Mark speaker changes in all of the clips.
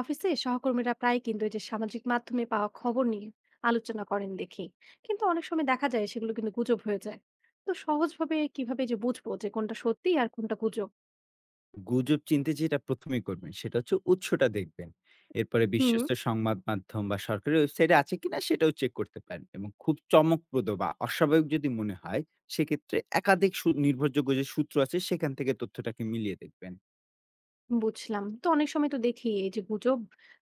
Speaker 1: অফিসে সহকর্মীরা প্রায় কিন্তু এই যে সামাজিক মাধ্যমে পাওয়া খবর নিয়ে আলোচনা করেন দেখি, কিন্তু অনেক সময় দেখা যায় সেগুলো কিন্তু গুজব হয়ে যায়। তো সহজভাবে কিভাবে যে বুঝবো যে কোনটা সত্যি আর কোনটা গুজব?
Speaker 2: গুজব চিনতে যেটা প্রথমেই করবেন সেটা হচ্ছে উৎসটা দেখবেন। এরপরে
Speaker 1: হুম।
Speaker 2: বিশ্বস্ত সংবাদ মাধ্যম বা সরকারি ওয়েবসাইটে আছে কিনা সেটাও চেক করতে পারেন এবং খুব চমকপ্রদ বা অস্বাভাবিক যদি মনে হয় সেক্ষেত্রে একাধিক নির্ভরযোগ্য যে সূত্র আছে সেখান থেকে তথ্যটাকে মিলিয়ে দেখবেন।
Speaker 1: বুঝলাম, তো অনেক সময় তো দেখি এই যে গুজব,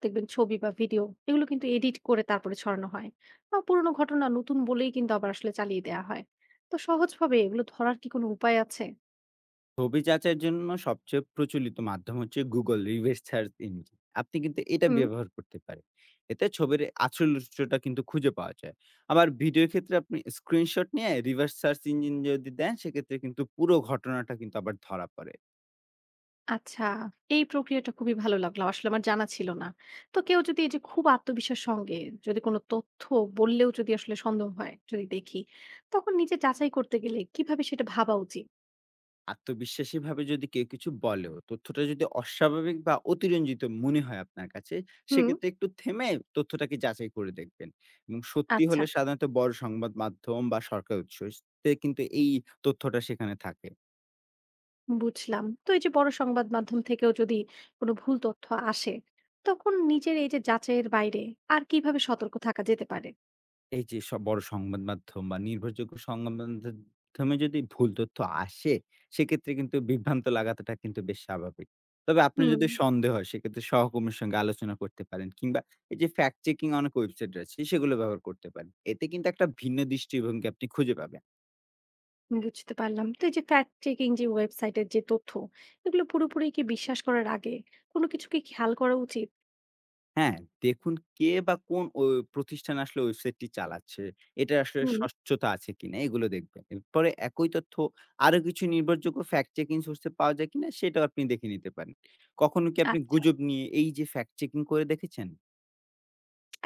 Speaker 1: দেখবেন ছবি বা ভিডিও এগুলো কিন্তু এডিট করে তারপরে ছড়ানো হয়, বা পুরোনো ঘটনা নতুন বলেই কিন্তু আবার আসলে চালিয়ে দেওয়া হয়। তো সহজভাবে এগুলো ধরার কি কোনো উপায় আছে?
Speaker 2: ছবি যাচাইয়ের জন্য সবচেয়ে প্রচলিত মাধ্যম হচ্ছে Google Reverse Search Engine। আপনি কিন্তু এটা
Speaker 1: হুম।
Speaker 2: ব্যবহার করতে পারেন। এতে ছবির আসল উৎসটা কিন্তু খুঁজে পাওয়া যায়। আবার ভিডিওর ক্ষেত্রে আপনি স্ক্রিনশট নিয়ে রিভার্স সার্চ ইঞ্জিন যদি দেন, সেক্ষেত্রে কিন্তু পুরো ঘটনাটা কিন্তু আবার ধরা পড়ে।
Speaker 1: আচ্ছা, এই প্রক্রিয়াটা খুবই ভালো লাগলো। আসলে আমার জানা ছিল না। তো কেউ যদি এই যে খুব আত্মবিশ্বাস সঙ্গে যদি কোনো তথ্য বললেও যদি আসলে সন্দেহ হয়, যদি দেখি, তখন নিজে যাচাই করতে গেলে কিভাবে সেটা ভাবা উচিত?
Speaker 2: আত্মবিশ্বাসী ভাবে যদি কেউ কিছু বলেও তথ্যটা যদি অস্বাভাবিক বা অতিরঞ্জিত মনে হয় আপনার কাছে
Speaker 1: হুম।
Speaker 2: সেক্ষেত্রে একটু থেমে তথ্যটাকে যাচাই করে দেখবেন এবং সত্যি
Speaker 1: আচ্ছা,
Speaker 2: হলে সাধারণত বড় সংবাদ মাধ্যম বা সরকার উৎস তে কিন্তু এই তথ্যটা সেখানে থাকে।
Speaker 1: বুঝলাম। তো এই যে বড় সংবাদ মাধ্যম থেকেও যদি কোনো ভুল তথ্য আসে, তখন নিজের এই যে যাচাইয়ের বাইরে আর কিভাবে সতর্ক থাকা যেতে পারে?
Speaker 2: এই যে সব বড় সংবাদ মাধ্যম বা নির্ভরযোগ্য সংবাদ মাধ্যমে যদি ভুল তথ্য আসে, সেক্ষেত্রে কিন্তু বিভ্রান্ত লাগাটা কিন্তু বেশ স্বাভাবিক। তবে আপনার
Speaker 1: হুম।
Speaker 2: যদি সন্দেহ হয় সেক্ষেত্রে সহকর্মীর সঙ্গে আলোচনা করতে পারেন কিংবা এই যে ফ্যাক্ট চেকিং অনেক ওয়েবসাইট রয়েছে সেগুলো ব্যবহার করতে পারেন। এতে কিন্তু একটা ভিন্ন দৃষ্টিভঙ্গি আপনি খুঁজে পাবেন।
Speaker 1: বুঝতে পারলাম। তো এই যে ফ্যাক্ট চেকিং যে ওয়েবসাইটের যে তথ্য, এগুলো পুরোপুরি কি বিশ্বাস করার আগে কোনো কিছু কি খেয়াল করা উচিত?
Speaker 2: হ্যাঁ, দেখুন কে বা কোন ও প্রতিষ্ঠান আসলে ওয়েবসাইটটি চালাচ্ছে, এটা আসলে
Speaker 1: হুম,
Speaker 2: স্বচ্ছতা আছে কিনা এগুলো দেখবেন। এরপরে একই তথ্য আরো কিছু নির্ভরযোগ্য ফ্যাক্ট চেকিং সোর্সে পাওয়া যায় কিনা সেটাও আপনি দেখে নিতে পারেন। কখনো কি আপনি
Speaker 1: আচ্ছা।
Speaker 2: গুজব নিয়ে এই যে ফ্যাক্ট চেকিং করে দেখেছেন?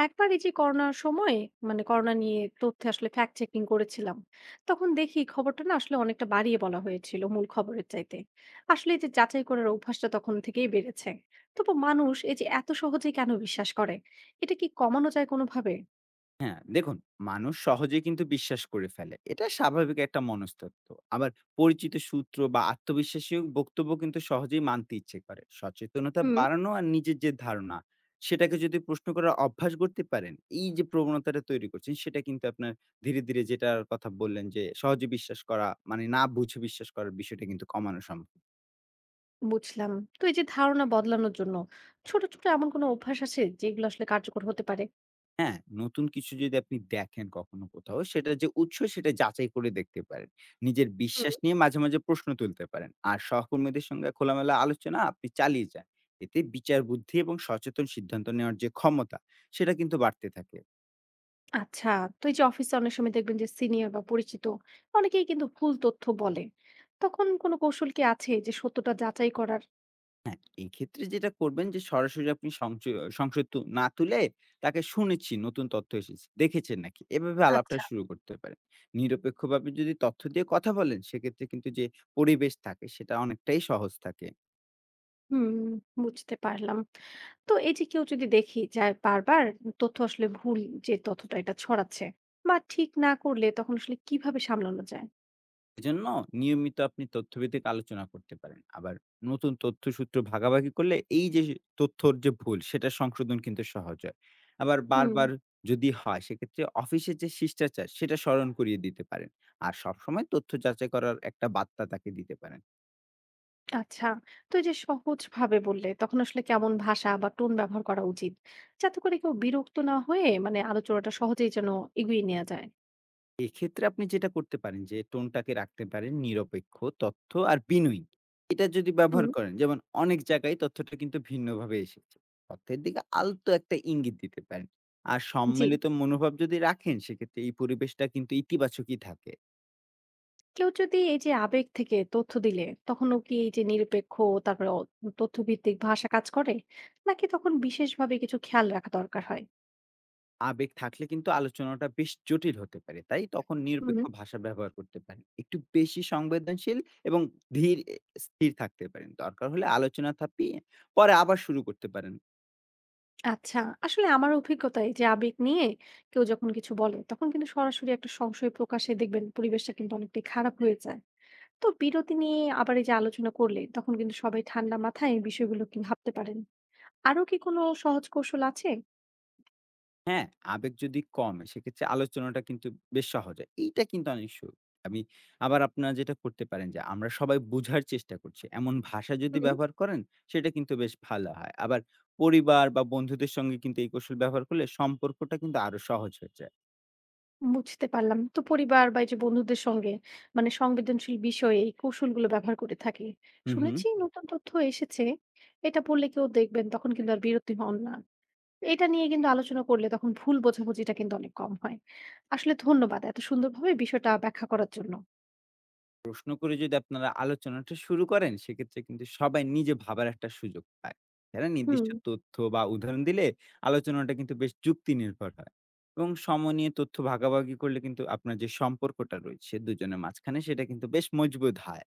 Speaker 1: একবার এই যে করোনার সময় মানে করোনা নিয়ে তথ্য আসলে ফ্যাক্ট চেকিং করেছিলাম। তখন দেখি খবরটা না আসলে অনেকটা বাড়িয়ে বলা হয়েছিল মূল খবরের চাইতে। আসলে এই যে যাচাই করার অভ্যাসটা তখন থেকেই বেড়েছে। তবু মানুষ এই যে এত সহজে কেন বিশ্বাস করে? এটা কি কমানো যায় কোনোভাবে?
Speaker 2: হ্যাঁ, দেখুন মানুষ সহজেই কিন্তু বিশ্বাস করে ফেলে। এটা স্বাভাবিক একটা মনস্তত্ত্ব। আবার পরিচিত সূত্র বা আত্মবিশ্বাসী বক্তব্য কিন্তু সহজেই মানতে ইচ্ছে করে। সচেতনতা
Speaker 1: হুম।
Speaker 2: বাড়ানো আর নিজের যে ধারণা, সেটাকে যদি প্রশ্ন করার অভ্যাস করতে পারেন, এই যে প্রবণতাটা তৈরি করছেন, সেটা কিন্তু আপনার ধীরে, ধীরে যেটার কথা বললেন যে সহজে বিশ্বাস করা মানে না বুঝে বিশ্বাস করার বিষয়টা কিন্তু কমানো সম্ভব।
Speaker 1: বুঝলাম। তো এই যে ধারণা বদলানোর জন্য ছোট, ছোট এমন কোনো অভ্যাস আছে যেগুলো আসলে কার্যকর হতে পারে?
Speaker 2: হ্যাঁ, নতুন কিছু যদি আপনি দেখেন কখনো কোথাও, সেটার যে উৎস সেটা যাচাই করে দেখতে পারেন। নিজের
Speaker 1: হুম।
Speaker 2: বিশ্বাস নিয়ে মাঝে, মাঝে প্রশ্ন তুলতে পারেন। আর সহকর্মীদের সঙ্গে খোলামেলা আলোচনা আপনি চালিয়ে যান। এতে বিচার বুদ্ধি এবং সচেতন সিদ্ধান্ত নেওয়ার যে ক্ষমতা, সেটা কিন্তু বাড়তে থাকে।
Speaker 1: আচ্ছা, তো এই যে অফিসে অনেক সময় দেখবেন যে সিনিয়র বা পরিচিত অনেকেই কিন্তু ভুল তথ্য বলে, তখন কোনো কৌশল কি আছে যে সত্যটা যাচাই করার?
Speaker 2: এই ক্ষেত্রে যেটা করবেন যে সরাসরি আপনি সংশয় না তুলে তাকে শুনেছি নতুন তথ্য এসেছে, দেখেছেন নাকি? এভাবে আলাপটা
Speaker 1: আচ্ছা।
Speaker 2: শুরু করতে পারেন। নিরপেক্ষভাবে যদি তথ্য দিয়ে কথা বলেন, সেক্ষেত্রে কিন্তু যে পরিবেশ থাকে সেটা অনেকটাই সহজ থাকে।
Speaker 1: হুম। বুঝতে পারলাম। তো এই যে কেউ যদি দেখি যায় বারবার তথ্য আসলে ভুল, যে তথ্যটা এটা ছড়াচ্ছে বা ঠিক না করলে, তখন আসলে কিভাবে সামলানো যায়?
Speaker 2: এজন্য নিয়মিত আপনি তথ্যভিত্তিক আলোচনা করতে পারেন। আবার নতুন তথ্যসূত্র ভাগাভাগি করলে এই যে তথ্যর যে ভুল সেটা সংশোধন কিন্তু সহজ হয়। আবার
Speaker 1: হুম।
Speaker 2: বারবার যদি হয় সেক্ষেত্রে অফিসের যে শিষ্টাচার সেটা স্মরণ করিয়ে দিতে পারেন। আর সবসময় তথ্য যাচাই করার একটা বার্তা তাকে দিতে পারেন।
Speaker 1: আচ্ছা, তো এই যে সহজ ভাবে বললে তখন আসলে কেমন ভাষা বা টোন ব্যবহার করা উচিত, যাতে করে কেউ বিরক্ত না হয়ে মানে আলোচনাটা সহজেই যেন এগিয়ে নেওয়া যায়?
Speaker 2: এক্ষেত্রে আপনি যেটা করতে পারেন যে টোনটাকে রাখতে পারেন নিরপেক্ষ তথ্য আর বিনয়ী। এটা যদি
Speaker 1: হুম।
Speaker 2: ব্যবহার করেন যেমন অনেক জায়গায় তথ্যটা কিন্তু ভিন্নভাবে এসেছে। তথ্যের দিকে আলতো একটা ইঙ্গিত দিতে পারেন। আর
Speaker 1: জি।
Speaker 2: সম্মিলিত মনোভাব যদি রাখেন সেক্ষেত্রে এই পরিবেশটা কিন্তু ইতিবাচকই থাকে।
Speaker 1: কেউ যদি এই যে আবেগ থেকে তথ্য দিলে তখনও কি এই যে নিরপেক্ষ তারপরে তথ্যভিত্তিক ভাষা কাজ করে, নাকি তখন বিশেষভাবে কিছু খেয়াল রাখা দরকার হয়?
Speaker 2: আবেগ থাকলে কিন্তু আলোচনাটা বেশ জটিল হতে পারে। তাই তখন
Speaker 1: হুম।
Speaker 2: নিরপেক্ষ ভাষা ব্যবহার করতে পারেন। একটু বেশি সংবেদনশীল এবং ধীর এ স্থির থাকতে পারেন। দরকার হলে আলোচনা থাপিয়ে পরে আবার শুরু করতে পারেন।
Speaker 1: আচ্ছা। আসলে আমার অভিজ্ঞতায় যে আবেগ নিয়ে কেউ যখন কিছু বলে তখন কিন্তু সরাসরি একটা সংশয় প্রকাশে দেখবেন পরিবেশটা কিন্তু অনেকটাই খারাপ হয়ে যায়। তো বিরতি নিয়ে আবার এই যে আলোচনা করলে তখন কিন্তু সবাই ঠান্ডা মাথায় এই বিষয়গুলো কি ভাবতে পারেন। আরো কি কোনো সহজ কৌশল আছে?
Speaker 2: হ্যাঁ, আবেগ যদি কমে সেক্ষেত্রে আলোচনাটা কিন্তু বেশ সহজ হয়। এইটা কিন্তু অনেক সু আমি আবার আপনারা যেটা করতে পারেন যে, আমরা সবাই বোঝার চেষ্টা করছি। এমন ভাষা যদি ব্যবহার করেন সেটা কিন্তু বেশ ভালো হয়। আবার পরিবার বা বন্ধুদের সঙ্গে কিন্তু এই কৌশল ব্যবহার করলে সম্পর্কটা কিন্তু আরো সহজ হয়ে যায়।
Speaker 1: বুঝতে পারলাম। তো পরিবার বা এই যে বন্ধুদের সঙ্গে মানে সংবেদনশীল বিষয়ে এই কৌশলগুলো ব্যবহার করে থাকি।
Speaker 2: হু, হু।
Speaker 1: শুনেছি নতুন তথ্য এসেছে। এটা পড়লে কেউ দেখবেন তখন কিন্তু আর বিরক্তি হন না। এটা নিয়ে কিন্তু আলোচনা করলে তখন ভুল বোঝাবুঝিটা কিন্তু অনেক কম হয়। আসলে ধন্যবাদ এত সুন্দরভাবে বিষয়টা ব্যাখ্যা করার জন্য।
Speaker 2: প্রশ্ন করে যদি আপনারা আলোচনাটা শুরু করেন, সেক্ষেত্রে কিন্তু সবাই নিজে ভাবার একটা সুযোগ পায়। এরা
Speaker 1: হুম,
Speaker 2: নির্দিষ্ট তথ্য বা উদাহরণ দিলে আলোচনাটা কিন্তু বেশ যুক্তি নির্ভর হয়। এবং সময় নিয়ে তথ্য ভাগাভাগি করলে কিন্তু আপনার যে সম্পর্কটা রয়েছে দুজনের মাঝখানে সেটা কিন্তু বেশ মজবুত হয়।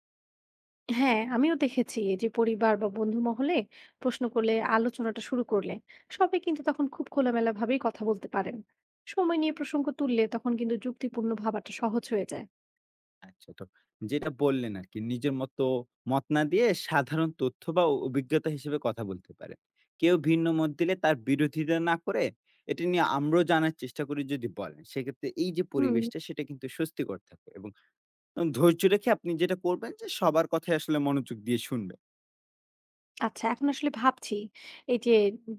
Speaker 1: হ্যাঁ আমিও দেখেছি এই যে পরিবার বা বন্ধু মহলে প্রশ্ন করলে, আলোচনাটা শুরু করলে সবাই কিন্তু তখন খুব খোলামেলা ভাবেই কথা বলতে পারেন। সময় নিয়ে প্রসঙ্গ তুললে তখন কিন্তু যুক্তিপূর্ণ ভাবাটা সহজ হয়ে যায়।
Speaker 2: আচ্ছা, তো যেটা বললেন আরকি নিজের মত না দিয়ে সাধারণ তথ্য বা অভিজ্ঞতা হিসেবে কথা বলতে পারেন। কেউ ভিন্ন মত দিলে তার বিরোধিতা না করে এটা নিয়ে আমরাও জানার চেষ্টা করি যদি বলেন, সেক্ষেত্রে এই যে
Speaker 1: হুম,
Speaker 2: পরিবেশটা সেটা কিন্তু স্বস্তিকর থাকে এবং ধৈর্য রেখে আপনি যেটা করবেন যে সবার কথায় আসলে মনোযোগ দিয়ে শুনবেন।
Speaker 1: আচ্ছা। এখন আসলে ভাবছি এই যে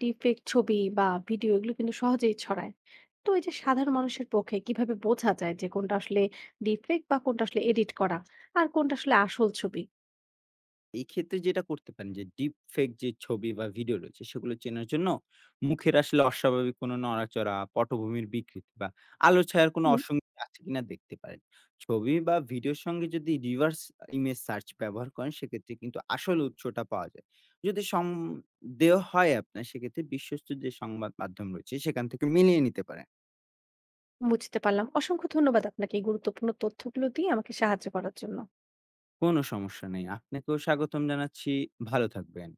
Speaker 1: ডিফেক্ট ছবি বা ভিডিও এগুলো কিন্তু সহজেই ছড়ায়, তো এই যে সাধারণ মানুষের পক্ষে কিভাবে বোঝা যায় যে কোনটা আসলে ডিফেক্ট বা কোনটা আসলে এডিট করা আর কোনটা আসলে আসল ছবি?
Speaker 2: এই ক্ষেত্রে যেটা করতে পারেন যে ডিপ ফেক যে ছবি বা ভিডিও রয়েছে সেগুলো চেনার জন্য মুখের আসলে অস্বাভাবিক কোনো নড়াচড়া, পটভূমির বিকৃতি বা আলো ছায়ার কোনো
Speaker 1: হুম,
Speaker 2: অসঙ্গতি আছে কিনা দেখতে পারেন। ছবি বা ভিডিওর সঙ্গে যদি রিভার্স ইমেজ সার্চ ব্যবহার করেন সেক্ষেত্রে কিন্তু আসল উৎসটা পাওয়া যায়। যদি সন্দেহ হয় আপনার সেক্ষেত্রে বিশ্বস্ত যে সংবাদ মাধ্যম রয়েছে সেখান থেকে মিলিয়ে নিতে পারেন।
Speaker 1: বুঝতে পারলাম। অসংখ্য ধন্যবাদ আপনাকে এই গুরুত্বপূর্ণ তথ্যগুলো দিয়ে আমাকে সাহায্য করার জন্য।
Speaker 2: কোনো সমস্যা নেই। আপনাকেও স্বাগতম জানাচ্ছি। ভালো থাকবেন।